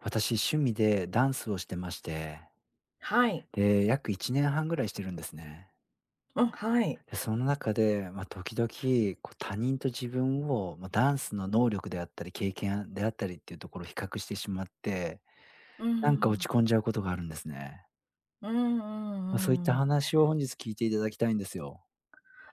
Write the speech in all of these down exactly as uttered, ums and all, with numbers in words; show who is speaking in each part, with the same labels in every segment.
Speaker 1: 私、趣味でダンスをしてまして、
Speaker 2: はい。
Speaker 1: で、約いちねんはんぐらいしてるんですね。
Speaker 2: うん、はい。
Speaker 1: で、その中で、まあ、時々、こう、他人と自分を、まあ、ダンスの能力であったり、経験であったりっていうところを比較してしまって、
Speaker 2: うんうんう
Speaker 1: なんか落ち
Speaker 2: ん。
Speaker 1: 込んじゃうことがあるんですね。
Speaker 2: うんう
Speaker 1: まあ、そういっ
Speaker 2: んうんう
Speaker 1: た
Speaker 2: ん、
Speaker 1: 話を本日聞いていただきたいんですよ。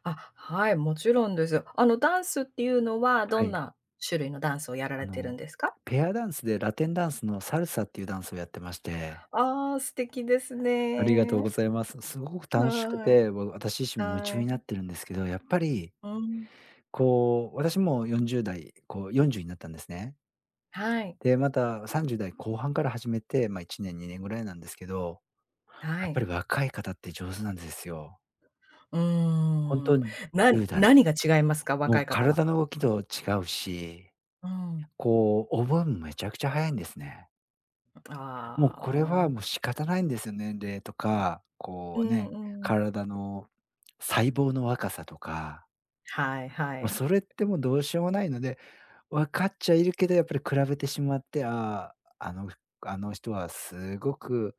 Speaker 2: あ、はい、もちろんです。あの、ダンスっていうのはど
Speaker 1: は
Speaker 2: ん
Speaker 1: い。
Speaker 2: な種類のダンスをやら
Speaker 1: あ
Speaker 2: れてる
Speaker 1: の、
Speaker 2: んですか？
Speaker 1: ペアダンスでラテンダンスのサルサっていうダンスをやってまして、
Speaker 2: ああ、素敵です
Speaker 1: ありがとう
Speaker 2: ね。
Speaker 1: ございます。すごく楽しく
Speaker 2: はい。
Speaker 1: て、わ私自身も夢
Speaker 2: は
Speaker 1: 中にな
Speaker 2: い。
Speaker 1: ってるんですけど、やっぱり
Speaker 2: うん。
Speaker 1: こう、私もよんじゅう代、こう、よんじゅうになったんですね。
Speaker 2: はい。
Speaker 1: で、またさんじゅう代後半から始めて、まあ、いちねん、にねんぐらいなんですけど、
Speaker 2: は
Speaker 1: やっぱ
Speaker 2: い。
Speaker 1: り若い方って上手なんですよ。
Speaker 2: うー
Speaker 1: 本当
Speaker 2: ん。
Speaker 1: に
Speaker 2: な
Speaker 1: じゅう代、
Speaker 2: 何が違いますか？
Speaker 1: もう
Speaker 2: 若い方は。
Speaker 1: 体の動きと違うし、
Speaker 2: うん。
Speaker 1: こう、覚えもめちゃくちゃ早いんですね。もう
Speaker 2: あ
Speaker 1: これはも
Speaker 2: あ、
Speaker 1: う仕方ないんですよね、年齢とか、こ
Speaker 2: う
Speaker 1: う
Speaker 2: ん
Speaker 1: ね、
Speaker 2: うん。
Speaker 1: 体の細胞の若さとか、
Speaker 2: はいは
Speaker 1: もう
Speaker 2: い。
Speaker 1: それってもうどうしようもないので分かっちゃいるけど、やっぱり比べてしまって、ああ、あのあの人はすごく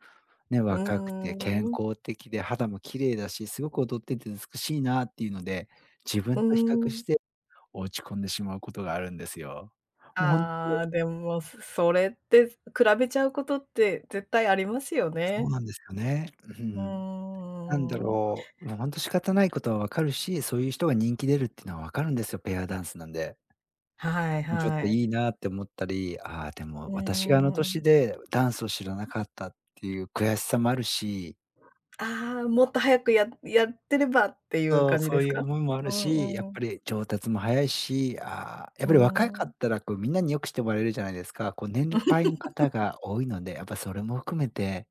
Speaker 1: ね、
Speaker 2: うー
Speaker 1: 若くて健
Speaker 2: ん、
Speaker 1: 康的で肌も綺麗だし、すごく踊ってて美しいなっていうので、自
Speaker 2: うー
Speaker 1: 分と比較し
Speaker 2: ん。
Speaker 1: て落ち込んでしまうことがあるんですよ。もうほん
Speaker 2: ああ、でも、そそれって、比べちゃうことって絶対ありますよ
Speaker 1: そう
Speaker 2: ね。
Speaker 1: なんですよね。う
Speaker 2: う
Speaker 1: ん。
Speaker 2: ー
Speaker 1: なんだ
Speaker 2: ん。
Speaker 1: ろう、もうほんと仕方ないことは分かるし、そういう人が人気出るっていうのは分かるんですよ、ペアダンスなんで。
Speaker 2: はい
Speaker 1: もうちょっ
Speaker 2: は
Speaker 1: と
Speaker 2: い。
Speaker 1: いいなって思ったり、ああ、で
Speaker 2: う
Speaker 1: も
Speaker 2: ー
Speaker 1: 私があの年
Speaker 2: ん。
Speaker 1: でダンスを知らなかったっていう悔しさもあるし、
Speaker 2: ああ、もっと早くややってればっていう
Speaker 1: そう、
Speaker 2: 感じ
Speaker 1: そ
Speaker 2: で
Speaker 1: う
Speaker 2: す
Speaker 1: いう
Speaker 2: か？
Speaker 1: 思いもある
Speaker 2: う
Speaker 1: し、や
Speaker 2: ん
Speaker 1: っ
Speaker 2: うん。
Speaker 1: ぱり上達も早いし、ああ、やっ
Speaker 2: う
Speaker 1: ぱり若
Speaker 2: ー
Speaker 1: か
Speaker 2: ん。
Speaker 1: ったらこうみんなによくしてもらえるじゃないですか。こう年配 の方が多いので、やっぱそれも含めて、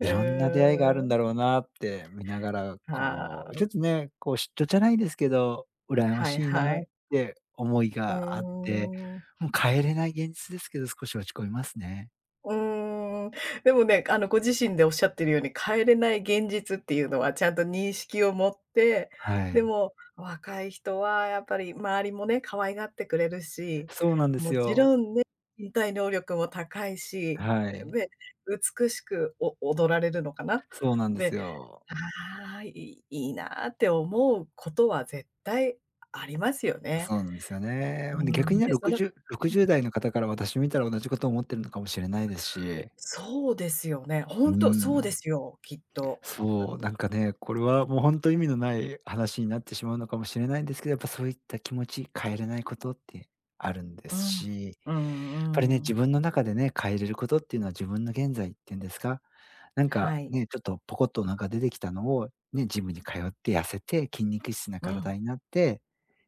Speaker 2: う
Speaker 1: いろんな出会いがある
Speaker 2: ー
Speaker 1: ん
Speaker 2: ん。
Speaker 1: だろうなって見ながら、こ
Speaker 2: あ
Speaker 1: う、
Speaker 2: あ、
Speaker 1: ちょっとね、こう嫉妬じゃないですけど、羨ま
Speaker 2: はい
Speaker 1: しい
Speaker 2: は
Speaker 1: なっ
Speaker 2: い。
Speaker 1: て思い
Speaker 2: う
Speaker 1: があって、
Speaker 2: ーん。
Speaker 1: もう変えれない現実ですけど、少し落ち込みますね。
Speaker 2: うーん。でもね、あの、ご自身でおっしゃってるように、変えれない現実っていうのはちゃんと認識を持って、
Speaker 1: は
Speaker 2: で
Speaker 1: い。
Speaker 2: も、若い人はやっぱり周りもね、可愛がってくれるし、
Speaker 1: そうなんです
Speaker 2: もちろ
Speaker 1: よ。
Speaker 2: んね、身体能力も高いし、
Speaker 1: はい。
Speaker 2: で、美しくお踊られるのかな。
Speaker 1: そうなんで
Speaker 2: で、
Speaker 1: すよ。
Speaker 2: ああ、いいいいなって思うことは絶対ありますよね。
Speaker 1: そうなんですよね。
Speaker 2: う
Speaker 1: で、
Speaker 2: ー
Speaker 1: 逆
Speaker 2: ん、
Speaker 1: にね、
Speaker 2: で、その
Speaker 1: ろくじゅう、ろくじゅう代の方から私見たら同じことを思ってるのかもしれないですし、
Speaker 2: そうですよね。
Speaker 1: う
Speaker 2: ほんと、そうで
Speaker 1: ん。
Speaker 2: すよ、きっと。
Speaker 1: そう、なんかね、これはもう本当意味のない話になってしまうのかもしれないんですけど、やっぱそういった気持ち、変えれないことってあるんで
Speaker 2: う
Speaker 1: す
Speaker 2: ん、
Speaker 1: し、
Speaker 2: う
Speaker 1: ぱりね、
Speaker 2: ん、う
Speaker 1: 自
Speaker 2: ん、
Speaker 1: 分の中でね、変えれることっていうのは自分の現在っていうんですか、なんか
Speaker 2: はい。
Speaker 1: ね、ちょっとポコッとなんか出てきたのを、ね、ジムに通って痩せて、筋肉質な
Speaker 2: う
Speaker 1: 体
Speaker 2: ん、
Speaker 1: になって、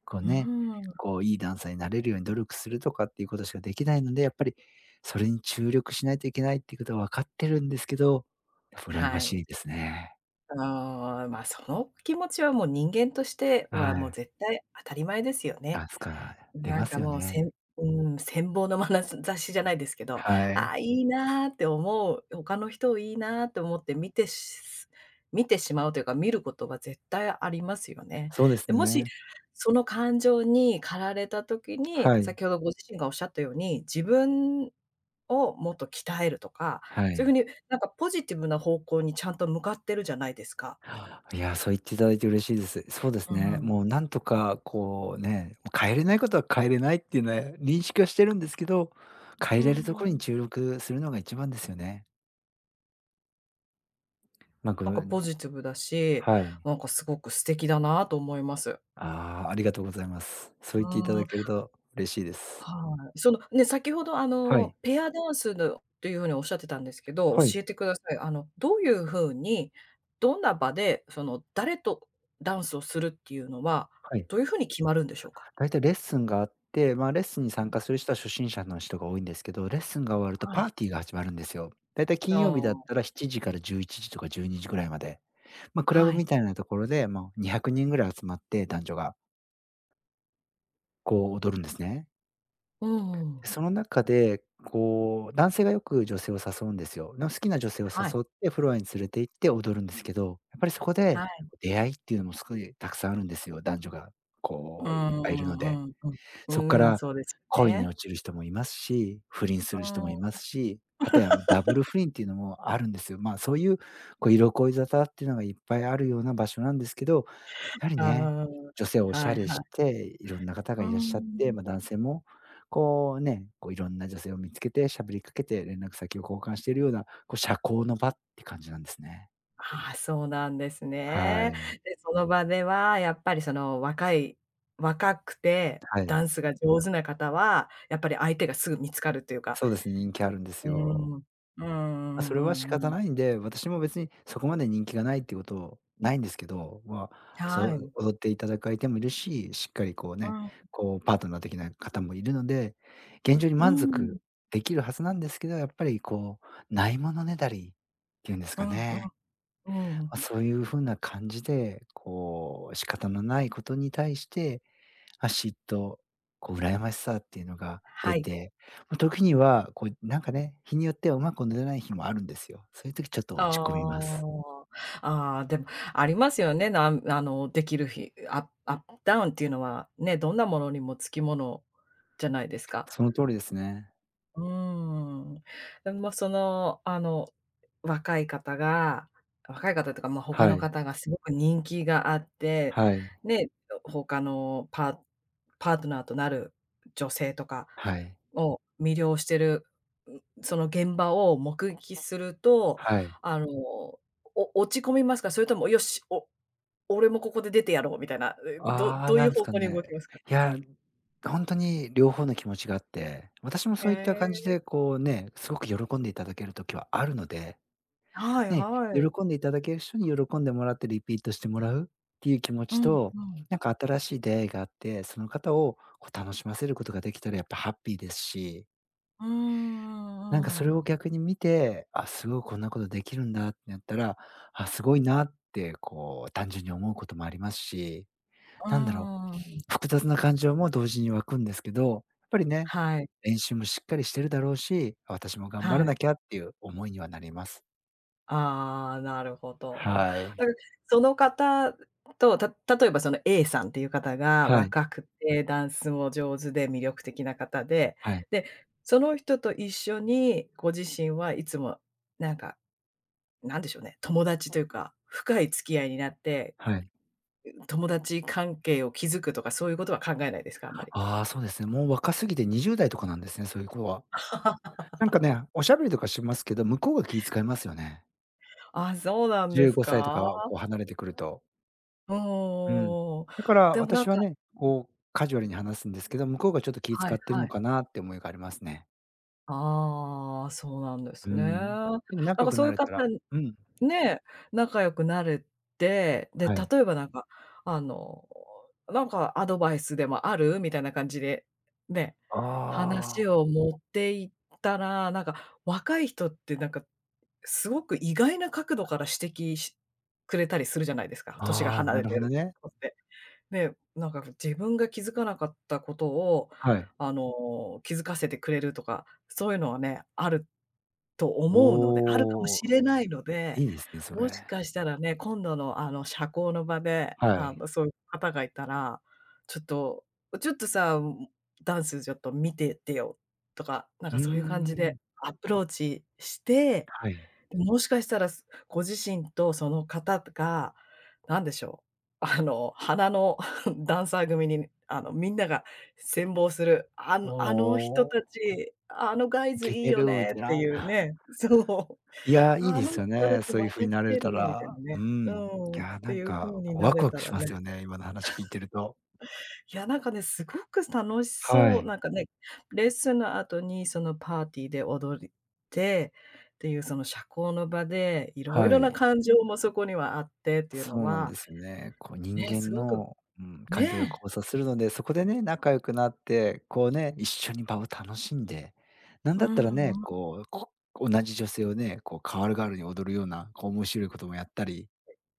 Speaker 1: こう
Speaker 2: うー
Speaker 1: ね、
Speaker 2: ん。
Speaker 1: こういいダンサーになれるように努力するとかっていうことしかできないので、やっぱりそれに注力しないといけないっていうことは分かってるんですけど、やっぱ羨
Speaker 2: は
Speaker 1: まし
Speaker 2: い。
Speaker 1: いですね。
Speaker 2: ああ、ま、その気持ちはもう人間として
Speaker 1: は
Speaker 2: はもう
Speaker 1: い。
Speaker 2: 絶対当たり前ですよ
Speaker 1: ダ
Speaker 2: ね。
Speaker 1: ンスから出
Speaker 2: なん
Speaker 1: ま
Speaker 2: か
Speaker 1: すよ
Speaker 2: もう、せ
Speaker 1: ね。
Speaker 2: んうん、羨望のまなしじゃないですけど、
Speaker 1: は
Speaker 2: あ
Speaker 1: い。
Speaker 2: あ、いいなって思う、他の人をいいなって思って見てし見てしまうというか、見ることが絶対ありますよね。
Speaker 1: そうです
Speaker 2: で、もし、
Speaker 1: ね。
Speaker 2: その感情に駆られた時に、
Speaker 1: はい。
Speaker 2: 先ほどご自身がおっしゃったように、自分をもっと鍛えるとか、
Speaker 1: は
Speaker 2: そういう
Speaker 1: い。
Speaker 2: 風になんかポジティブな方向にちゃんと向かってるじゃないですか。
Speaker 1: いや、そう言っていただいて嬉しいです。そうです
Speaker 2: う
Speaker 1: ね。
Speaker 2: ん。
Speaker 1: もうなんとかこうね、変えれないことは変えれないっていうのは認識はしてるんですけど、
Speaker 2: う
Speaker 1: 変えれるとこ
Speaker 2: ー
Speaker 1: ろに
Speaker 2: ん。
Speaker 1: 注力するのが一番ですよね。まあ、ご
Speaker 2: なん
Speaker 1: め
Speaker 2: か
Speaker 1: ん、
Speaker 2: ポジティブだし、
Speaker 1: はい。
Speaker 2: なんかすごく素敵だなと思います。
Speaker 1: ああ、ありがとうございます。そう
Speaker 2: う
Speaker 1: 言っていた
Speaker 2: ー
Speaker 1: だ
Speaker 2: ん、
Speaker 1: けると嬉しいです。
Speaker 2: はい。その、ね、先ほどあ
Speaker 1: は
Speaker 2: の、
Speaker 1: い。
Speaker 2: ペアダンスのという風におっしゃってたんですけど、
Speaker 1: はい。
Speaker 2: 教えてください。あの、どういう風に、どんな場で、その、誰とダンスをするっていうのは、
Speaker 1: はい。
Speaker 2: どういう風に決まるんでしょうか？
Speaker 1: だいたいレッスンがあって、まあ、レッスンに参加する人は初心者の人が多いんですけど、レッスンが終わると
Speaker 2: は
Speaker 1: パ
Speaker 2: い。
Speaker 1: ーティーが始まるんですよ。だいたい
Speaker 2: あ
Speaker 1: 金曜日だっ
Speaker 2: あ、
Speaker 1: たらしちじからじゅういちじとかじゅうにじぐらいまで。まあ、クラ
Speaker 2: は
Speaker 1: ブみ
Speaker 2: い。
Speaker 1: たいなところで、もうにひゃくにんぐらい集まって男女が、こう踊るんですね。
Speaker 2: うんうん。
Speaker 1: で、その中で、こう、男性がよく女性を誘うんですよ。で好きな女性を
Speaker 2: はい、
Speaker 1: 誘ってフロアに連れて行って踊るんですけど、やっぱりそこ
Speaker 2: は
Speaker 1: で、
Speaker 2: い。
Speaker 1: 出会いっていうのもすごいたくさんあるんですよ、男女が
Speaker 2: うん
Speaker 1: こういっぱ
Speaker 2: う
Speaker 1: いいるので。
Speaker 2: んうんうん。
Speaker 1: そこか
Speaker 2: うーん、
Speaker 1: ら
Speaker 2: そうですよ
Speaker 1: 恋に
Speaker 2: ね。
Speaker 1: 落ちる人もいますし、不倫する
Speaker 2: う
Speaker 1: 人も
Speaker 2: ん。
Speaker 1: いますし、はたや、まダブル不倫っていうのもあるんですよ。まあ、そういう、こう、色恋沙汰っていうのがいっぱいあるような場所なんですけど、やはり
Speaker 2: あ
Speaker 1: ね、
Speaker 2: あ、
Speaker 1: 女性はおし
Speaker 2: は
Speaker 1: ゃ
Speaker 2: いはい。
Speaker 1: れして、いろんな方
Speaker 2: う
Speaker 1: が
Speaker 2: ー
Speaker 1: いらっしゃって、まあ、
Speaker 2: ん。
Speaker 1: 男性も、こうね、こう、いろんな女性を見つけて喋りかけて連絡先を交換しているような、こう、社交の場って感じなんですね。
Speaker 2: ああ、そうなんです
Speaker 1: は
Speaker 2: ね。
Speaker 1: い。
Speaker 2: で、その場ではやっぱりその若い若くて
Speaker 1: はい。
Speaker 2: ダンスが上手な方は、やっぱり相手がすぐ見つかるというか。
Speaker 1: そうですね、人気あるんです
Speaker 2: うー
Speaker 1: よ。
Speaker 2: ん。うんう
Speaker 1: ま、そ
Speaker 2: ん
Speaker 1: れは仕
Speaker 2: うんうん
Speaker 1: 方
Speaker 2: う
Speaker 1: ないんで、私も別にそこまで人気がないっていうことないんですけど、まあ、そ
Speaker 2: はい。
Speaker 1: う、踊っていただく相手もいるし、しっかりこう
Speaker 2: う
Speaker 1: ね、
Speaker 2: ん。
Speaker 1: こうパートナー的な方もいるので、現状に
Speaker 2: う
Speaker 1: 満
Speaker 2: ん。
Speaker 1: 足できるはずなんですけど、やっぱりこう、ないものねだりっていうんです
Speaker 2: う
Speaker 1: か
Speaker 2: ん
Speaker 1: ね。
Speaker 2: うん。うん。
Speaker 1: ま、そういう風な感じで、こう仕方のないことに対して嫉妬、こう羨ましさっていうのが
Speaker 2: は
Speaker 1: 出
Speaker 2: い。
Speaker 1: て、ま、時には、こうなんかね、日によってはうまく寝れない日もあるんですよ。そういう時ちょっと落ち込みます。
Speaker 2: ああ。ああ、でもありますよね。なんあの、できる日、アップアップダウンっていうのはね、どんなものにもつきものじゃないですか。
Speaker 1: その通りですね。
Speaker 2: うーん。でも、その、あの、若い方が若い方っていうか、ま、他
Speaker 1: は
Speaker 2: の
Speaker 1: い、
Speaker 2: 方がすごく人気があって、
Speaker 1: はい、
Speaker 2: で、他のパパートナーとなる女性とか
Speaker 1: はい、
Speaker 2: を魅了してる、ん、その現場を目撃すると、
Speaker 1: はい。
Speaker 2: あの、お落ち込みますか？それとも、よし、お俺もここで出てやろうみたいな、え、ど
Speaker 1: あ
Speaker 2: ど
Speaker 1: あ、
Speaker 2: うい
Speaker 1: な
Speaker 2: う
Speaker 1: んです
Speaker 2: 方
Speaker 1: か
Speaker 2: 向に
Speaker 1: ね。
Speaker 2: 動きますか？
Speaker 1: いや、ほんとに両方の気持ちがあって、私も
Speaker 2: へ
Speaker 1: そういった感じ
Speaker 2: え。
Speaker 1: でこうね、すごく喜んでいただける時はあるので
Speaker 2: はい
Speaker 1: ね、
Speaker 2: はい。
Speaker 1: 喜んでいただける人に喜んでもらってリピートしてもらうっていう気持
Speaker 2: う
Speaker 1: ち
Speaker 2: ん
Speaker 1: と、
Speaker 2: うん。
Speaker 1: なんか新しい出会いがあって、その方をこう楽しませることができたらやっぱハッピーですし、
Speaker 2: うんうんう
Speaker 1: なんか
Speaker 2: ん
Speaker 1: それ
Speaker 2: う
Speaker 1: を
Speaker 2: ん。
Speaker 1: 逆に見て、あ、すごいこんなことできるんだってなったら、あ、すごいなってこう単純に思うこともありますし、
Speaker 2: う
Speaker 1: なんだろ
Speaker 2: ーん。
Speaker 1: う、複雑な感情も同時に湧くんですけど、やっぱりね、
Speaker 2: はい、
Speaker 1: 練習もしっかりしてるだろうし、私も頑張ら
Speaker 2: はい。
Speaker 1: なきゃっていう思いにはなります。
Speaker 2: ああ、なるほど。
Speaker 1: はい。
Speaker 2: だからその方と、た例えばその A さんっていう方が
Speaker 1: はい。
Speaker 2: 若くてダンスも上手で魅力的な方で、
Speaker 1: はい。
Speaker 2: で、その人と一緒にご自身はいつもなんか、なんでしょうね、友達というか、深い付き合いになって、
Speaker 1: はい。
Speaker 2: 友達関係を築くとかそういうことは考えないですか？あんまり。
Speaker 1: ああ、そうですね。もう若すぎてにじゅう代とかなんですね、そういう子は。なんかね、おしゃべりとかしますけど、向こうが気遣いますよね。
Speaker 2: あ、そうなんで
Speaker 1: 15
Speaker 2: す
Speaker 1: 歳と
Speaker 2: か？
Speaker 1: かはこう離れてくると。
Speaker 2: お
Speaker 1: う
Speaker 2: お。
Speaker 1: ん。だから
Speaker 2: でもなん
Speaker 1: 私は
Speaker 2: か、
Speaker 1: ね、こうカジュアルに話すんですけど、向こうがちょっと気
Speaker 2: は
Speaker 1: 遣
Speaker 2: い
Speaker 1: ってる
Speaker 2: は
Speaker 1: の
Speaker 2: い。
Speaker 1: かなって思いがありますね。
Speaker 2: ああ、そうなんで
Speaker 1: う
Speaker 2: すね。
Speaker 1: ん。
Speaker 2: な
Speaker 1: でも
Speaker 2: ん
Speaker 1: 仲良
Speaker 2: か
Speaker 1: く
Speaker 2: そうい
Speaker 1: な
Speaker 2: う
Speaker 1: れ
Speaker 2: 方
Speaker 1: たら、うん、
Speaker 2: ね、仲良くなれて、で、
Speaker 1: はい。
Speaker 2: 例えばなんか、あの、なんかアドバイスでもある？みたいな感じで、ね、
Speaker 1: あ
Speaker 2: 話
Speaker 1: あ、
Speaker 2: を持っていったら、なんか若い人ってなんか、すごく意外な角度から指摘しくれたりするじゃないですか、年が
Speaker 1: ああ、
Speaker 2: 離
Speaker 1: な
Speaker 2: れ
Speaker 1: る
Speaker 2: て
Speaker 1: ほど
Speaker 2: る
Speaker 1: ね。
Speaker 2: 子って。ね、なんか自分が気づかなかったことを、
Speaker 1: はい。
Speaker 2: あの、気づかせてくれるとか、そういうのはね、あると思うのであるかも
Speaker 1: お
Speaker 2: し
Speaker 1: お、
Speaker 2: れないので、
Speaker 1: いいですね、そ
Speaker 2: もし
Speaker 1: れ。
Speaker 2: かしたらね、今度の、あの、社交の場で、
Speaker 1: は
Speaker 2: あ
Speaker 1: い。
Speaker 2: の、そういう方がいたら、ちょっと「ちょっとさ、ダンスちょっと見てってよ」とか、なん
Speaker 1: う
Speaker 2: か
Speaker 1: ー
Speaker 2: そういう感じ
Speaker 1: ん、
Speaker 2: でアプローチして、
Speaker 1: はい。
Speaker 2: もしかしたら、すご自身とその方が、なんでしょう、あの、花の ダンサー組に、あの、みんなが羨望する、あ
Speaker 1: お
Speaker 2: のあの人た
Speaker 1: お、
Speaker 2: ち、あのガイズ
Speaker 1: イ
Speaker 2: いい
Speaker 1: て
Speaker 2: よ
Speaker 1: るみ
Speaker 2: ね
Speaker 1: たい
Speaker 2: って
Speaker 1: な。
Speaker 2: いうね、そう、
Speaker 1: いや、いい
Speaker 2: あ
Speaker 1: で
Speaker 2: の
Speaker 1: すよ
Speaker 2: 人た
Speaker 1: ね、
Speaker 2: ち
Speaker 1: そう
Speaker 2: ま
Speaker 1: いう風
Speaker 2: た
Speaker 1: に
Speaker 2: 来
Speaker 1: な
Speaker 2: て
Speaker 1: れた
Speaker 2: るよみたい
Speaker 1: ら。
Speaker 2: な
Speaker 1: う
Speaker 2: ね、う
Speaker 1: ん。
Speaker 2: ん、
Speaker 1: い
Speaker 2: っ
Speaker 1: や、
Speaker 2: て
Speaker 1: なん
Speaker 2: いう風
Speaker 1: か、
Speaker 2: に
Speaker 1: こう
Speaker 2: な
Speaker 1: ワ
Speaker 2: れ
Speaker 1: クワ
Speaker 2: た
Speaker 1: クし
Speaker 2: ら
Speaker 1: ま
Speaker 2: ね。
Speaker 1: すよね、今の話聞いてると。
Speaker 2: いや、なんかね、すごく楽し
Speaker 1: は
Speaker 2: そう。
Speaker 1: い。
Speaker 2: なんかね、レッスンの後にそのパーティーで踊りて、っていうその社交の場で、いろいろ
Speaker 1: は
Speaker 2: な
Speaker 1: い。
Speaker 2: 感情もそこにはあってっていうの
Speaker 1: そうなん
Speaker 2: は、
Speaker 1: ですよね。こう人
Speaker 2: ね、す
Speaker 1: 間
Speaker 2: ごく
Speaker 1: の、うん、感情が
Speaker 2: ね、
Speaker 1: 交差するので、そこでね、仲良くなって、こうね、一緒に場を楽しんで、なん
Speaker 2: う
Speaker 1: だったらね、
Speaker 2: んうん。
Speaker 1: こう、こ同じ女性をね、こう代わる代わるに踊るような、こう面白いこともやったり、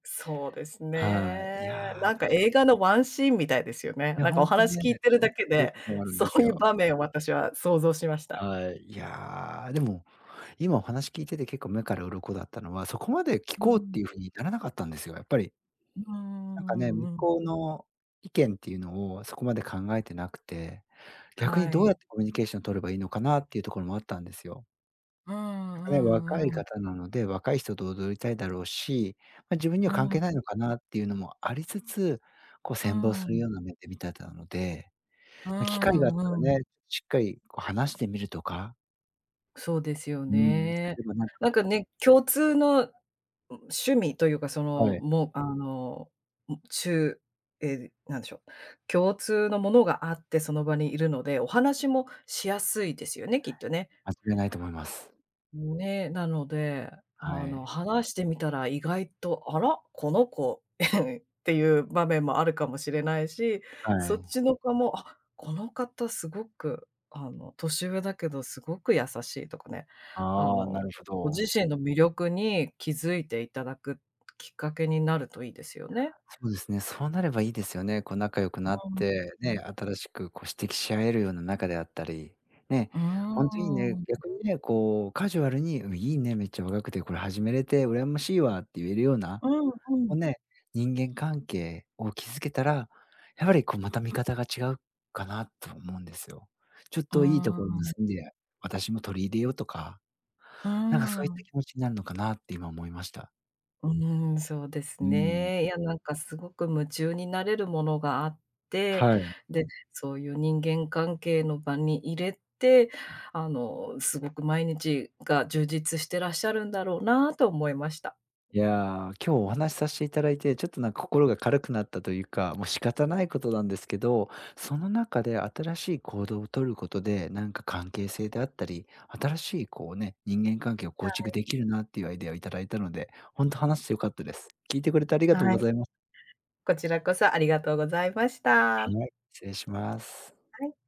Speaker 2: そうです
Speaker 1: はい。
Speaker 2: ね。
Speaker 1: いや、
Speaker 2: なんか映画のワンシーンみたいですよね。
Speaker 1: いや、
Speaker 2: なんか
Speaker 1: ほ
Speaker 2: お
Speaker 1: んと
Speaker 2: 話
Speaker 1: ね、
Speaker 2: 聞いてる
Speaker 1: ほん
Speaker 2: だ
Speaker 1: と
Speaker 2: け
Speaker 1: そういう
Speaker 2: で、
Speaker 1: こともあるん
Speaker 2: そ
Speaker 1: で
Speaker 2: う
Speaker 1: す
Speaker 2: いう
Speaker 1: よ。
Speaker 2: 場面を私は想像しました。
Speaker 1: はい。いや、でも今お話聞いてて結構目から鱗だったのは、そこまで聞
Speaker 2: う
Speaker 1: こうっ
Speaker 2: ん。
Speaker 1: ていう風にならなかったんですよ、やっぱり。
Speaker 2: う
Speaker 1: なんかね、
Speaker 2: ん、うんう
Speaker 1: 向
Speaker 2: んうん。
Speaker 1: こうの意見っていうのをそこまで考えてなくて、逆に
Speaker 2: は
Speaker 1: どうや
Speaker 2: い。
Speaker 1: ってコミュニケーション取ればいいのかなっていうところもあったんですよ。
Speaker 2: う
Speaker 1: なん
Speaker 2: ん
Speaker 1: か
Speaker 2: う
Speaker 1: ね、若
Speaker 2: ん
Speaker 1: い
Speaker 2: うん。
Speaker 1: 方なので、若い人と踊りたいだろうし、ま、自分には関係ない
Speaker 2: う
Speaker 1: のかなっていうのもありつつ、こう羨望
Speaker 2: ん、う
Speaker 1: する
Speaker 2: ん。
Speaker 1: ような目で見てたので、
Speaker 2: う
Speaker 1: な機会があっ
Speaker 2: ん
Speaker 1: た
Speaker 2: うん。
Speaker 1: らね、しっかりこう話してみるとか、
Speaker 2: そうですよ
Speaker 1: うん、す
Speaker 2: ね。
Speaker 1: ればなん
Speaker 2: な
Speaker 1: か、
Speaker 2: んかね、共通の、ん、趣味というか、そ
Speaker 1: は
Speaker 2: の、
Speaker 1: い、
Speaker 2: もう、あの、ん、え、なんでしょう、共通のものがあってその場にいるので、お話もしやすいですよね、きっとね。
Speaker 1: 間違いないと思います。
Speaker 2: もうね、なので、
Speaker 1: は
Speaker 2: あの、
Speaker 1: い。
Speaker 2: 話してみたら意外と、あら、この子 っていう場面もあるかもしれないし、
Speaker 1: は
Speaker 2: そっ
Speaker 1: い。
Speaker 2: ちの子も、あ、この方すごく、あの、年上だけどすごく優しいとかね、あ
Speaker 1: ああ、なる
Speaker 2: の、
Speaker 1: ほ
Speaker 2: ご
Speaker 1: ど。
Speaker 2: 自身の魅力に気づいていただくきっかけになるといいですよね。
Speaker 1: そうですね、そうなればいいですよね。こう仲良く
Speaker 2: う
Speaker 1: なって、ね、
Speaker 2: ん。
Speaker 1: 新しくこう指摘し合えるような仲であったり、ね、ほ
Speaker 2: う
Speaker 1: んとにね、
Speaker 2: ん。
Speaker 1: 逆にね、こうカジュアルに、うん、いいね、めっちゃ若くてこれ始めれて羨ましいわって言えるような、
Speaker 2: うんう
Speaker 1: こう
Speaker 2: ん。
Speaker 1: ね、人間関係を築けたら、やはりこうまた見方が違うかなと思うんですよ。ちょっ
Speaker 2: う
Speaker 1: といいところ
Speaker 2: ん。
Speaker 1: 盗んで、私も取り入れようとか、
Speaker 2: う
Speaker 1: なんかそういった
Speaker 2: ん。
Speaker 1: 気持ちになるのかなって今思いました。
Speaker 2: うーん、そうです
Speaker 1: うん。
Speaker 2: ね。いや、なんかすごく夢中になれるものがあって、
Speaker 1: はい。
Speaker 2: で、そういう人間関係の場に入れて、あの、すごく毎日が充実してらっしゃるんだろうなと思いました。
Speaker 1: いやー、今日お話しさせていただいて、ちょっとなんか心が軽くなったというか、もう仕方ないことなんですけど、その中で新しい行動を取ることで、なんか関係性であったり、新しいこうね、人間関係を構築できるなっていうアイデアをいただいたので、本当話して良かったです。聞いてくれてありがとう
Speaker 2: は
Speaker 1: ご
Speaker 2: い。
Speaker 1: ざいます。
Speaker 2: こちらこそありがとうございました。は
Speaker 1: はい、失礼します。
Speaker 2: い。